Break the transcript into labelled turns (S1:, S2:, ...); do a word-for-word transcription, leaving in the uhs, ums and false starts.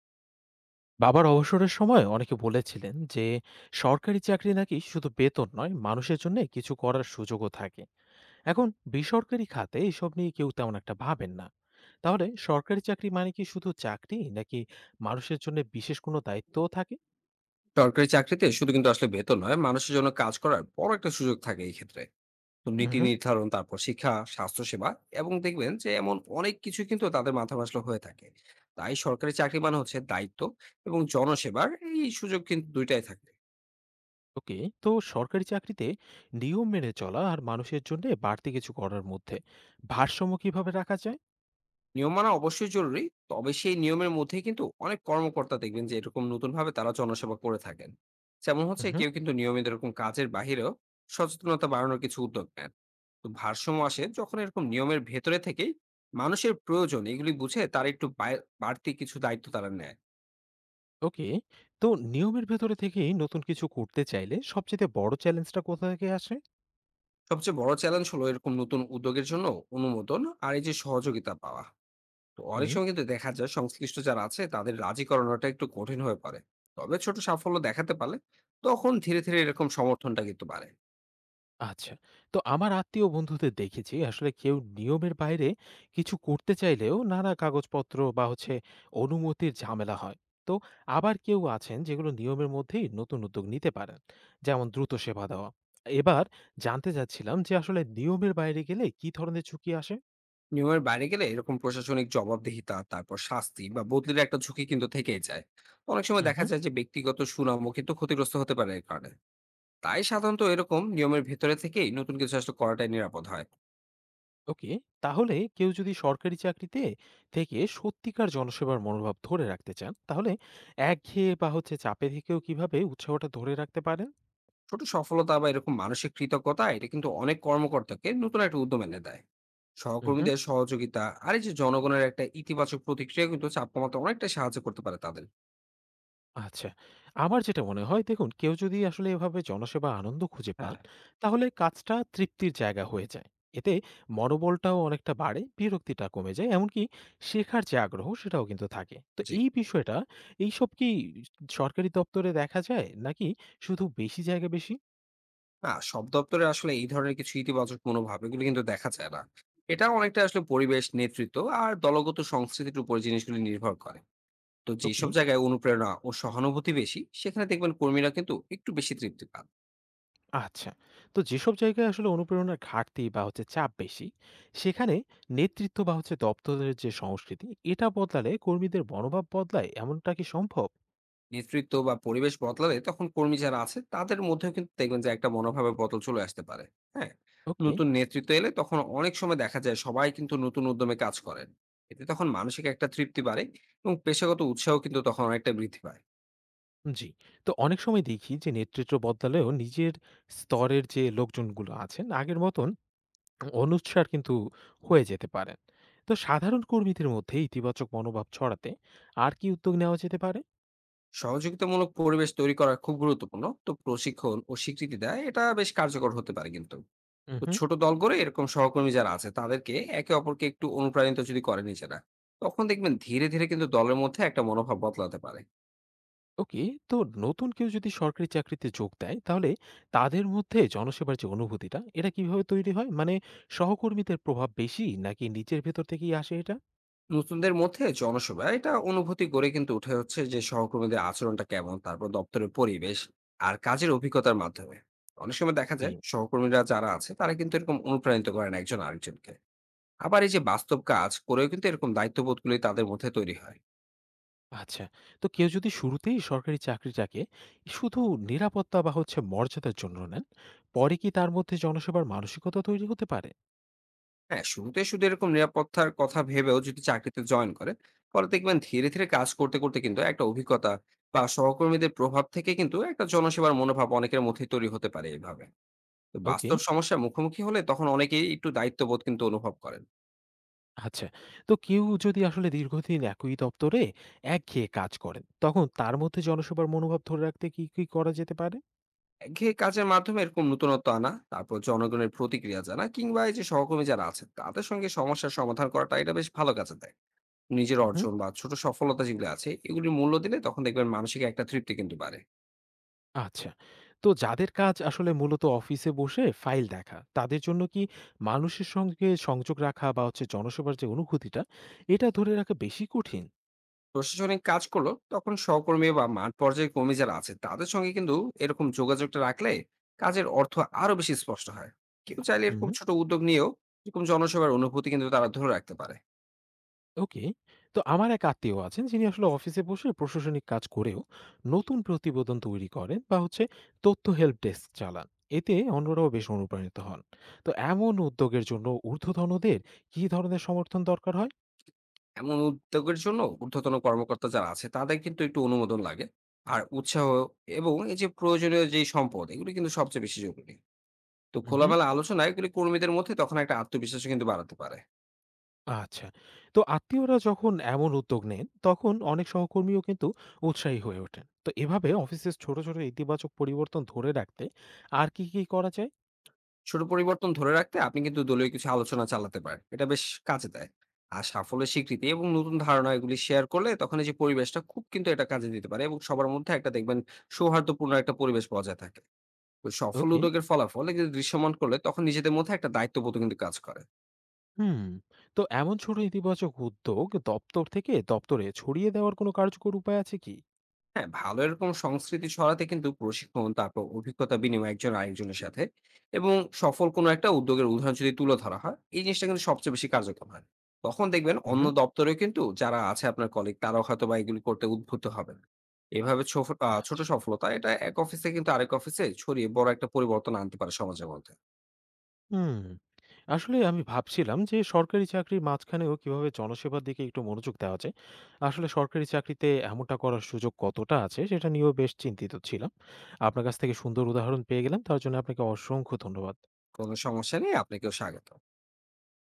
S1: বাবার অবসরের সময় অনেকে বলেছিলেন যে সরকারি চাকরি নাকি শুধু বেতন নয়, মানুষের জন্য কিছু করার সুযোগও থাকে। এখন বেসরকারি খাতে এসব নিয়ে কেউ তেমন একটা ভাবেন না। তাহলে সরকারি চাকরি মানে কি শুধু চাকরি, নাকি মানুষের জন্য বিশেষ কোনো দায়িত্বও থাকে?
S2: সরকারি চাকরিতে শুধু কিন্তু আসলে বেতন নয়, মানুষের জন্য কাজ করার বড় একটা সুযোগ থাকে এই ক্ষেত্রে। তো নীতি
S1: হুম।
S2: নির্ধারণ, তারপর শিক্ষা, স্বাস্থ্যসেবা এবং দেখবেন যে এমন অনেক কিছু কিন্তু তাদের মাথায় আসলে হয়ে থাকে। তাই সরকারি চাকরি মানে হচ্ছে দায়িত্ব এবং জনসেবার এই সুযোগ কিন্তু দুইটাই থাকে।
S1: ওকে, তো সরকারি চাকরিতে নিয়ম মেনে চলা আর মানুষের জন্য বাড়তি কিছু করার মধ্যে ভারসাম্য কিভাবে রাখা যায়?
S2: নিয়ম মানা অবশ্যই জরুরি, তবে সেই নিয়মের মধ্যে কিন্তু অনেক কর্মকর্তা দেখবেন যে এরকম নতুন ভাবে তারা জনসেবা করে থাকেন। যেমন হচ্ছে
S1: হুম।
S2: কেউ কিন্তু নিয়মিত এরকম কাজের বাইরেও সচেতনতা বাড়ানোর কিছু উদ্যোগ নেন। তো ভারসাম্য আসে যখন এরকম নিয়মের ভেতরে থেকেই মানুষের প্রয়োজন এগুলি বুঝে তার একটু বায়- বাড়তি কিছু দায়িত্ব তারা নেয়।
S1: ওকে, তো নিয়মের ভেতরে থেকেই নতুন কিছু করতে চাইলে সবচেয়ে বড় চ্যালেঞ্জটা কোথা থেকে আসে?
S2: সবচেয়ে বড় চ্যালেঞ্জ হলো এরকম নতুন উদ্যোগের জন্য অনুমোদন আর এই যে সহযোগিতা পাওয়া। তো অনেক
S1: হুম,
S2: সময় কিন্তু দেখা যায় সংশ্লিষ্ট যারা আছে তাদের রাজি করানোটা একটু কঠিন হয়ে পড়ে। তবে ছোট সাফল্য দেখাতে পারলে তখন ধীরে ধীরে এরকম সমর্থনটা কিন্তু বাড়ে।
S1: আচ্ছা। তো আমার আত্মীয় বন্ধুদের দেখেছি, আসলে কেউ নিয়মের বাইরে কিছু করতে চাইলেও নানা কাগজপত্র বা হচ্ছে অনুমতির ঝামেলা হয়। তো আবার কেউ আছেন যেগুলো নিয়মের মধ্যেই নতুন উদ্যোগ নিতে পারেন। যেমন দ্রুত সেবা দেওয়া। এবার জানতে চাচ্ছিলাম যে আসলে নিয়মের বাইরে গেলে কি ধরনের ঝুঁকি আসে?
S2: নিয়মের বাইরে গেলে এরকম প্রশাসনিক জবাবদিহিতা, তারপর শাস্তি বা বদলির একটা ঝুঁকি কিন্তু থেকেই যায়। অনেক সময় দেখা
S1: উহু,
S2: যায় যে ব্যক্তিগত সুনামও কিন্তু ক্ষতিগ্রস্ত হতে পারে এর কারণে। তাই সাধারণত এরকম নিয়মের ভেতরে থেকেই নতুন কিছু আসলে করাটাই নিরাপদ হয়।
S1: ওকে। তাহলে কেউ যদি সরকারি চাকরিতে থেকে সত্যিকার জনসেবার মনোভাব ধরে রাখতে চান, তাহলে একঘেয়ে বা হচ্ছে চাপে থেকেও কিভাবে উৎসাহটা ধরে রাখতে পারেন?
S2: ছোট সফলতা বা এরকম মানসিক কৃতজ্ঞতা এটা কিন্তু অনেক কর্মকর্তাকে নতুন একটা উদ্যম এনে দেয়।
S1: উহু,
S2: সহকর্মীদের সহযোগিতা আর এই যে জনগণের একটা ইতিবাচক প্রতিক্রিয়া কিন্তু চাপ কমাতে অনেকটা সাহায্য করতে পারে তাদের।
S1: আচ্ছা। আমার যেটা মনে হয়, দেখুন, কেউ যদি আসলে এভাবে জনসেবা আনন্দ খুঁজে পান,
S2: হ্যাঁ।
S1: তাহলে কাজটা তৃপ্তির জায়গা হয়ে যায়। এতে মনোবলটাও অনেকটা বাড়ে, বিরক্তিটা কমে যায়। এমনকি শেখার যে আগ্রহ, সেটাও কিন্তু থাকে। তো
S2: জি।
S1: এই বিষয়টা, এইসব কি সরকারি দপ্তরে দেখা যায়, নাকি শুধু বেশি জায়গা বেশি?
S2: না, সব দপ্তরে আসলে এই ধরনের কিছু ইতিবাচক মনোভাব এগুলো কিন্তু দেখা যায় না। এটা অনেকটা আসলে পরিবেশ, নেতৃত্ব আর দলগত সংস্কৃতির উপর জিনিসগুলি নির্ভর করে। তো
S1: ওকে,
S2: যেসব জায়গায় অনুপ্রেরণা ও সহানুভূতি বেশি সেখানে দেখবেন কর্মীরা কিন্তু একটু বেশি তৃপ্তি পান।
S1: আচ্ছা। তো যেসব জায়গায় আসলে অনুপ্রেরণার ঘাটতি বা হচ্ছে চাপ বেশি, সেখানে নেতৃত্ব বা হচ্ছে দপ্তরের যে সংস্কৃতি, এটা বদলালে কর্মীদের মনোভাব বদলায়, এমনটা কি সম্ভব?
S2: নেতৃত্ব বা পরিবেশ বদলালে তখন কর্মী যারা আছে তাদের মধ্যেও কিন্তু দেখবেন যে একটা মনোভাবের বদল চলে আসতে পারে। হ্যাঁ।
S1: ওকে।
S2: নতুন নেতৃত্ব এলে তখন অনেক সময় দেখা যায় সবাই কিন্তু নতুন উদ্যমে কাজ করেন। এতে তখন মানসিক একটা তৃপ্তি বাড়ে এবং পেশাগত উৎসাহ কিন্তু তখন অনেকটা বৃদ্ধি পায়।
S1: জি, তো অনেক সময় দেখি যে নেতৃত্ব বদলালেও নিজের স্তরের যে লোকজনগুলো আছেন, আগের মতন অনুচ্ছার কিন্তু হয়ে যেতে পারেন। তো সাধারণ কর্মীদের মধ্যে ইতিবাচক মনোভাব ছড়াতে আর কি উদ্যোগ নেওয়া যেতে পারে?
S2: সহযোগিতামূলক পরিবেশ তৈরি করা খুব গুরুত্বপূর্ণ। তো প্রশিক্ষণ ও স্বীকৃতি দেয় এটা বেশ কার্যকর হতে পারে কিন্তু। তো
S1: হুম।
S2: ছোট দল করে এরকম সহকর্মী যারা আছে তাদেরকে একে অপরকে একটু অনুপ্রাণিত যদি করে নিজেরা, তখন দেখবেন ধীরে ধীরে কিন্তু দলের মধ্যে একটা মনোভাব বদলাতে পারে।
S1: ওকে, তো নতুন কেউ যদি সরকারি চাকরিতে যোগ দেয়, তাহলে তাদের মধ্যে জনসেবার যে অনুভূতিটা, এটা কিভাবে তৈরি হয়? মানে সহকর্মীদের প্রভাব বেশি, নাকি নিজের ভেতর থেকেই আসে এটা?
S2: নতুনদের মধ্যে জনসভা এটা অনুভূতি গড়ে কিন্তু উঠে হচ্ছে যে সহকর্মীদের আচরণটা কেমন, তারপর দপ্তরের পরিবেশ আর কাজের অভিজ্ঞতার মাধ্যমে। অনেক সময় দেখা
S1: জি,
S2: যায় সহকর্মীরা যারা আছে তারা কিন্তু এরকম অনুপ্রাণিত করেন একজন আরেকজনকে। আবার এই যে বাস্তব কাজ করেও কিন্তু এরকম দায়িত্ববোধ গুলি তাদের মধ্যে তৈরি হয়।
S1: আচ্ছা। তো কেউ যদি শুরুতেই সরকারি চাকরিটাকে শুধু নিরাপত্তা বা হচ্ছে মর্যাদার জন্য নেন, পরে কি তার মধ্যে জনসেবার মানসিকতা তৈরি হতে পারে?
S2: হ্যাঁ, শুরুতে শুধু এরকম নিরাপত্তার কথা ভেবেও যদি চাকরিতে জয়েন করে, পরে দেখবেন ধীরে ধীরে কাজ করতে করতে কিন্তু একটা অভিজ্ঞতা বা সহকর্মীদের প্রভাব থেকে কিন্তু একটা জনসেবার মনোভাব অনেকের মধ্যেই তৈরি হতে পারে এইভাবে। তো
S1: ওকে,
S2: বাস্তব সমস্যার মুখোমুখি হলে তখন অনেকেই একটু দায়িত্ববোধ কিন্তু অনুভব করেন।
S1: আচ্ছা। তো কেউ যদি আসলে দীর্ঘদিন একই দপ্তরে একঘেয়ে কাজ করেন, তখন তার মধ্যে জনসেবার মনোভাব ধরে রাখতে কি কি করা যেতে পারে?
S2: একঘেয়ে কাজের মাধ্যমে এরকম নতুনত্ব আনা, তারপর জনগণের প্রতিক্রিয়া জানা কিংবা এই যে সহকর্মী যারা আছেন তাদের সঙ্গে সমস্যার সমাধান করাটা এটা বেশ ভালো কাজে দেয়। নিজের
S1: হুম,
S2: অর্জন বা ছোট সফলতা যেগুলো আছে এগুলির মূল্য দিলে তখন দেখবেন মানসিক একটা তৃপ্তি কিন্তু বাড়ে।
S1: আচ্ছা। তো যাদের কাজ আসলে মূলত অফিসে বসে ফাইল দেখা, তাদের জন্য কি মানুষের সঙ্গে সংযোগ রাখা বা হচ্ছে জনসেবার যে অনুভূতিটা, এটা ধরে রাখা বেশি কঠিন?
S2: প্রশাসনিক কাজ করলো তখন সহকর্মী বা মাঠ পর্যায়ে কর্মী যারা আছে তাদের সঙ্গে কিন্তু এরকম যোগাযোগটা রাখলে কাজের অর্থ আরো বেশি স্পষ্ট হয়। কেউ চাইলে
S1: হুম,
S2: এরকম ছোট উদ্যোগ নিয়েও এরকম জনসেবার অনুভূতি কিন্তু তারা ধরে রাখতে পারে।
S1: ওকে। তো আমার এক আত্মীয় আছেন, যিনি আসলে অফিসে বসে প্রশাসনিক কাজ করেও নতুন প্রতিবেদন তৈরি করেন বা হচ্ছে তথ্য হেল্প ডেস্ক চালান। এতে অন্যরাও বেশ অনুপ্রাণিত হন। তো এমন উদ্যোগের জন্য ঊর্ধ্বতনদের কি ধরনের সমর্থন দরকার হয়?
S2: এমন উদ্যোগের জন্য ঊর্ধ্বতন কর্মকর্তা যারা আছে তাদের কিন্তু একটু অনুমোদন লাগে আর উৎসাহ এবং এই যে প্রয়োজনীয় যে সম্পদ এগুলো কিন্তু সবচেয়ে বেশি জরুরি। তো
S1: হুম,
S2: খোলামেলা আলোচনা এগুলি কর্মীদের মধ্যে তখন একটা আত্মবিশ্বাস কিন্তু বাড়াতে পারে।
S1: আচ্ছা। তো আত্মীয়রা যখন এমন উদ্যোগ নেন, তখন অনেক সহকর্মীও কিন্তু উৎসাহী হয়ে ওঠেন। তো এভাবে অফিসের ছোট, ছোট ইতিবাচক পরিবর্তন ধরে রাখতে আর কি, কি করা যায়?
S2: ছোট পরিবর্তন ধরে রাখতে আপনি কিন্তু দলীয় কিছু আলোচনা চালাতে পারেন, এটা বেশ কাজে দেয়। আর সাফল্যের স্বীকৃতি এবং নতুন ধারণা এগুলি শেয়ার করলে তখন এই যে পরিবেশটা খুব কিন্তু এটা কাজে দিতে পারে এবং সবার মধ্যে একটা দেখবেন সৌহার্দ্যপূর্ণ একটা পরিবেশ বজায় থাকে। তো সফল
S1: ওকে,
S2: উদ্যোগের ফলাফল এগুলি দৃশ্যমান করলে তখন নিজেদের মধ্যে একটা দায়িত্ববোধ কিন্তু কাজ করে।
S1: হুম। তো এমন ছোট ইতিবাচক উদ্যোগ দপ্তর থেকে দপ্তরে ছড়িয়ে দেওয়ার কোনো কার্যকর উপায় আছে কি?
S2: হ্যাঁ, ভালো এরকম সংস্কৃতি ছড়াতে কিন্তু প্রশিক্ষণ, তারপর অভিজ্ঞতা বিনিময় একজন আরেকজনের সাথে এবং সফল কোনো একটা উদ্যোগের উদাহরণ যদি তুলে ধরা হয়, এই জিনিসটা কিন্তু সবচেয়ে বেশি কার্যকর হয়। তখন দেখবেন অন্য
S1: হুম,
S2: দপ্তরেও কিন্তু যারা আছে আপনার কলিগ তারাও হয়তোবা এগুলো করতে উদ্বুদ্ধ হবেন। এভাবে ছোফ আ ছোট
S1: আচ্ছা,
S2: সফলতা এটা এক অফিস থেকে কিন্তু আরেক অফিসে ছড়িয়ে বড় একটা পরিবর্তন আনতে পারে সমাজের মধ্যে।
S1: হুম। আসলে আমি ভাবছিলাম যে সরকারি চাকরির মাঝখানেও কিভাবে জনসেবার দিকে একটু মনোযোগ দেওয়া যায়। আসলে সরকারি চাকরিতে এমনটা করার সুযোগ কতটা আছে, সেটা নিয়েও বেশ চিন্তিত ছিলাম। আপনার কাছ থেকে সুন্দর উদাহরণ পেয়ে গেলাম। তার জন্য আপনাকে অসংখ্য ধন্যবাদ।
S2: কোনো সমস্যা নেই, আপনাকেও স্বাগত।